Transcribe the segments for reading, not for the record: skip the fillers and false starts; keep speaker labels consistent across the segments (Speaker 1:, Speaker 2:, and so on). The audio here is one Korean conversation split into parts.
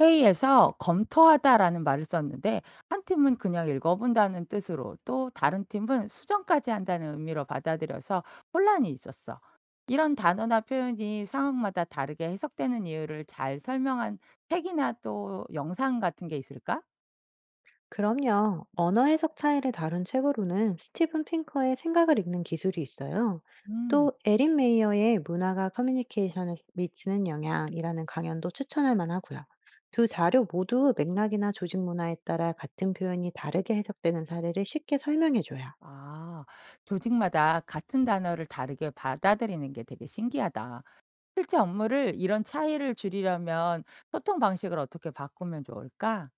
Speaker 1: 회의에서 검토하다라는 말을 썼는데 한 팀은 그냥 읽어본다는 뜻으로 또 다른 팀은 수정까지 한다는 의미로 받아들여서 혼란이 있었어. 이런 단어나 표현이 상황마다 다르게 해석되는 이유를 잘 설명한 책이나 또 영상 같은 게 있을까?
Speaker 2: 그럼요. 언어 해석 차이를 다룬 책으로는 스티븐 핑커의 생각을 읽는 기술이 있어요.
Speaker 1: 음,
Speaker 2: 또 에린 메이어의 문화가 커뮤니케이션에 미치는 영향이라는 강연도 추천할 만하고요. 두 자료 모두 맥락이나 조직 문화에 따라 같은 표현이 다르게 해석되는 사례를 쉽게 설명해줘요.
Speaker 1: 아, 조직마다 같은 단어를 다르게 받아들이는 게 되게 신기하다. 실제 업무를 이런 차이를 줄이려면 소통 방식을 어떻게 바꾸면 좋을까?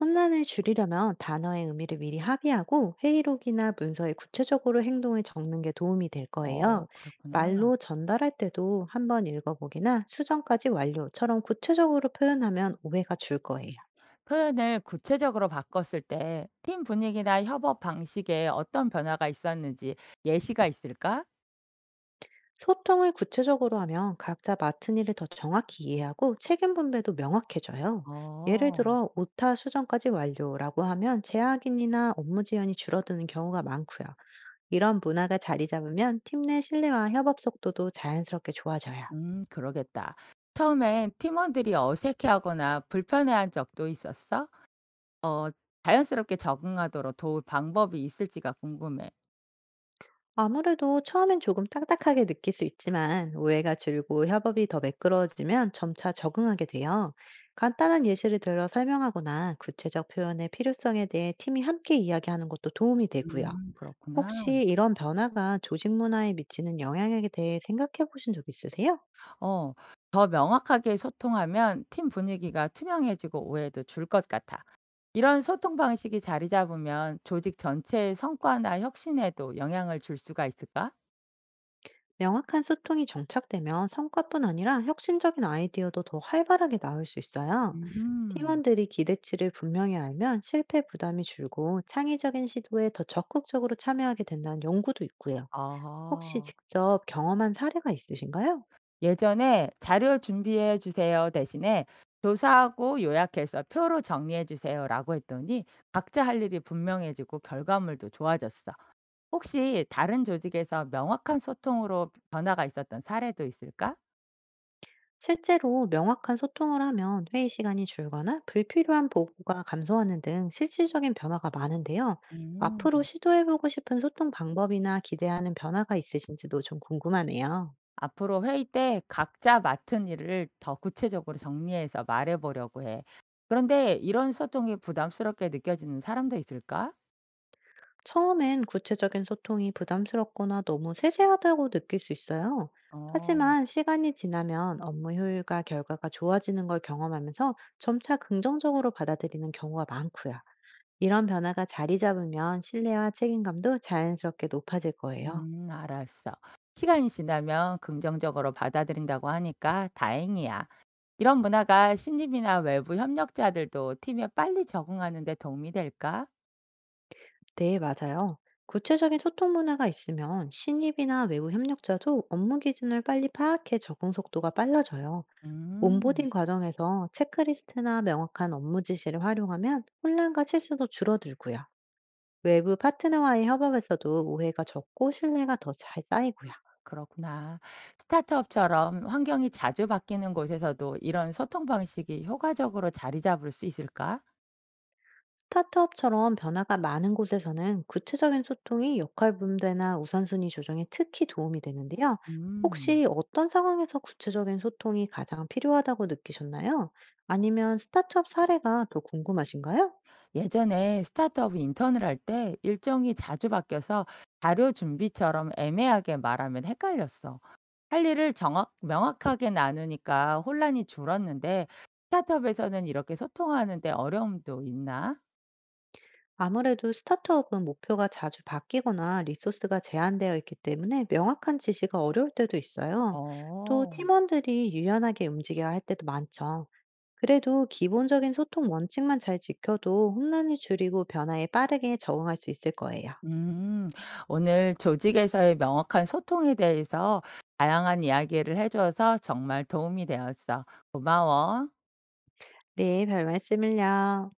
Speaker 2: 혼란을 줄이려면 단어의 의미를 미리 합의하고, 회의록이나 문서에 구체적으로 행동을 적는 게 도움이 될 거예요.
Speaker 1: 어, 그렇구나.
Speaker 2: 말로 전달할 때도 한번 읽어보기나 수정까지 완료처럼 구체적으로 표현하면 오해가 줄 거예요.
Speaker 1: 표현을 구체적으로 바꿨을 때 팀 분위기나 협업 방식에 어떤 변화가 있었는지 예시가 있을까?
Speaker 2: 소통을 구체적으로 하면 각자 맡은 일을 더 정확히 이해하고, 책임 분배도 명확해져요. 예를
Speaker 1: 어,
Speaker 2: 들어, 오타 수정까지 완료라고 하면 재확인이나 업무 지연이 줄어드는 경우가 많고요. 이런 문화가 자리 잡으면 팀 내 신뢰와 협업 속도도 자연스럽게 좋아져요.
Speaker 1: 그러겠다. 처음엔 팀원들이 어색해하거나 불편해한 적도 있었어? 어, 자연스럽게 적응하도록 도울 방법이 있을지가 궁금해.
Speaker 2: 아무래도 처음엔 조금 딱딱하게 느낄 수 있지만, 오해가 줄고 협업이 더 매끄러워지면 점차 적응하게 돼요. 간단한 예시를 들어 설명하거나, 구체적 표현의 필요성에 대해 팀이 함께 이야기하는 것도 도움이 되고요.
Speaker 1: 그렇구나.
Speaker 2: 혹시 이런 변화가 조직 문화에 미치는 영향에 대해 생각해 보신 적 있으세요?
Speaker 1: 어. 더 명확하게 소통하면 팀 분위기가 투명해지고 오해도 줄 것 같아. 이런 소통 방식이 자리 잡으면 조직 전체의 성과나 혁신에도 영향을 줄 수가 있을까?
Speaker 2: 명확한 소통이 정착되면 성과뿐 아니라 혁신적인 아이디어도 더 활발하게 나올 수 있어요.
Speaker 1: 음.
Speaker 2: 팀원들이 기대치를 분명히 알면 실패 부담이 줄고, 창의적인 시도에 더 적극적으로 참여하게 된다는 연구도 있고요. 혹시
Speaker 1: 아.
Speaker 2: 직접 경험한 사례가 있으신가요?
Speaker 1: 예전에 "자료 준비해 주세요." 대신에 "조사하고 요약해서 표로 정리해 주세요."라고 했더니 각자 할 일이 분명해지고 결과물도 좋아졌어. 혹시 다른 조직에서 명확한 소통으로 변화가 있었던 사례도 있을까?
Speaker 2: 실제로 명확한 소통을 하면 회의 시간이 줄거나 불필요한 보고가 감소하는 등 실질적인 변화가 많은데요. 앞으로
Speaker 1: 음.
Speaker 2: 시도해보고 싶은 소통 방법이나 기대하는 변화가 있으신지도 좀 궁금하네요.
Speaker 1: 앞으로 회의 때 각자 맡은 일을 더 구체적으로 정리해서 말해보려고 해. 그런데 이런 소통이 부담스럽게 느껴지는 사람도 있을까?
Speaker 2: 처음엔 구체적인 소통이 부담스럽거나 너무 세세하다고 느낄 수 있어요.
Speaker 1: 어,
Speaker 2: 하지만 시간이 지나면 업무 효율과 결과가 좋아지는 걸 경험하면서 점차 긍정적으로 받아들이는 경우가 많고요. 이런 변화가 자리 잡으면 신뢰와 책임감도 자연스럽게 높아질 거예요.
Speaker 1: 알았어. 시간이 지나면 긍정적으로 받아들인다고 하니까 다행이야. 이런 문화가 신입이나 외부 협력자들도 팀에 빨리 적응하는 데 도움이 될까?
Speaker 2: 네, 맞아요. 구체적인 소통 문화가 있으면 신입이나 외부 협력자도 업무 기준을 빨리 파악해 적응 속도가 빨라져요.
Speaker 1: 음,
Speaker 2: 온보딩 과정에서 체크리스트나 명확한 업무 지시를 활용하면 혼란과 실수도 줄어들고요. 외부 파트너와의 협업에서도 오해가 적고 신뢰가 더 잘 쌓이고요.
Speaker 1: 그렇구나. 스타트업처럼 환경이 자주 바뀌는 곳에서도 이런 소통 방식이 효과적으로 자리 잡을 수 있을까?
Speaker 2: 스타트업처럼 변화가 많은 곳에서는 구체적인 소통이 역할 분배나 우선순위 조정에 특히 도움이 되는데요.
Speaker 1: 음.
Speaker 2: 혹시 어떤 상황에서 구체적인 소통이 가장 필요하다고 느끼셨나요? 아니면 스타트업 사례가 더 궁금하신가요?
Speaker 1: 예전에 스타트업 인턴을 할 때 일정이 자주 바뀌어서 자료 준비처럼 애매하게 말하면 헷갈렸어. 할 일을 정확, 명확하게 나누니까 혼란이 줄었는데 스타트업에서는 이렇게 소통하는데 어려움도 있나?
Speaker 2: 아무래도 스타트업은 목표가 자주 바뀌거나 리소스가 제한되어 있기 때문에 명확한 지시가 어려울 때도 있어요. 또
Speaker 1: 어.
Speaker 2: 팀원들이 유연하게 움직여야 할 때도 많죠. 그래도 기본적인 소통 원칙만 잘 지켜도 혼란을 줄이고 변화에 빠르게 적응할 수 있을 거예요.
Speaker 1: 음, 오늘 조직에서의 명확한 소통에 대해서 다양한 이야기를 해줘서 정말 도움이 되었어. 고마워.
Speaker 2: 네, 별 말씀을요.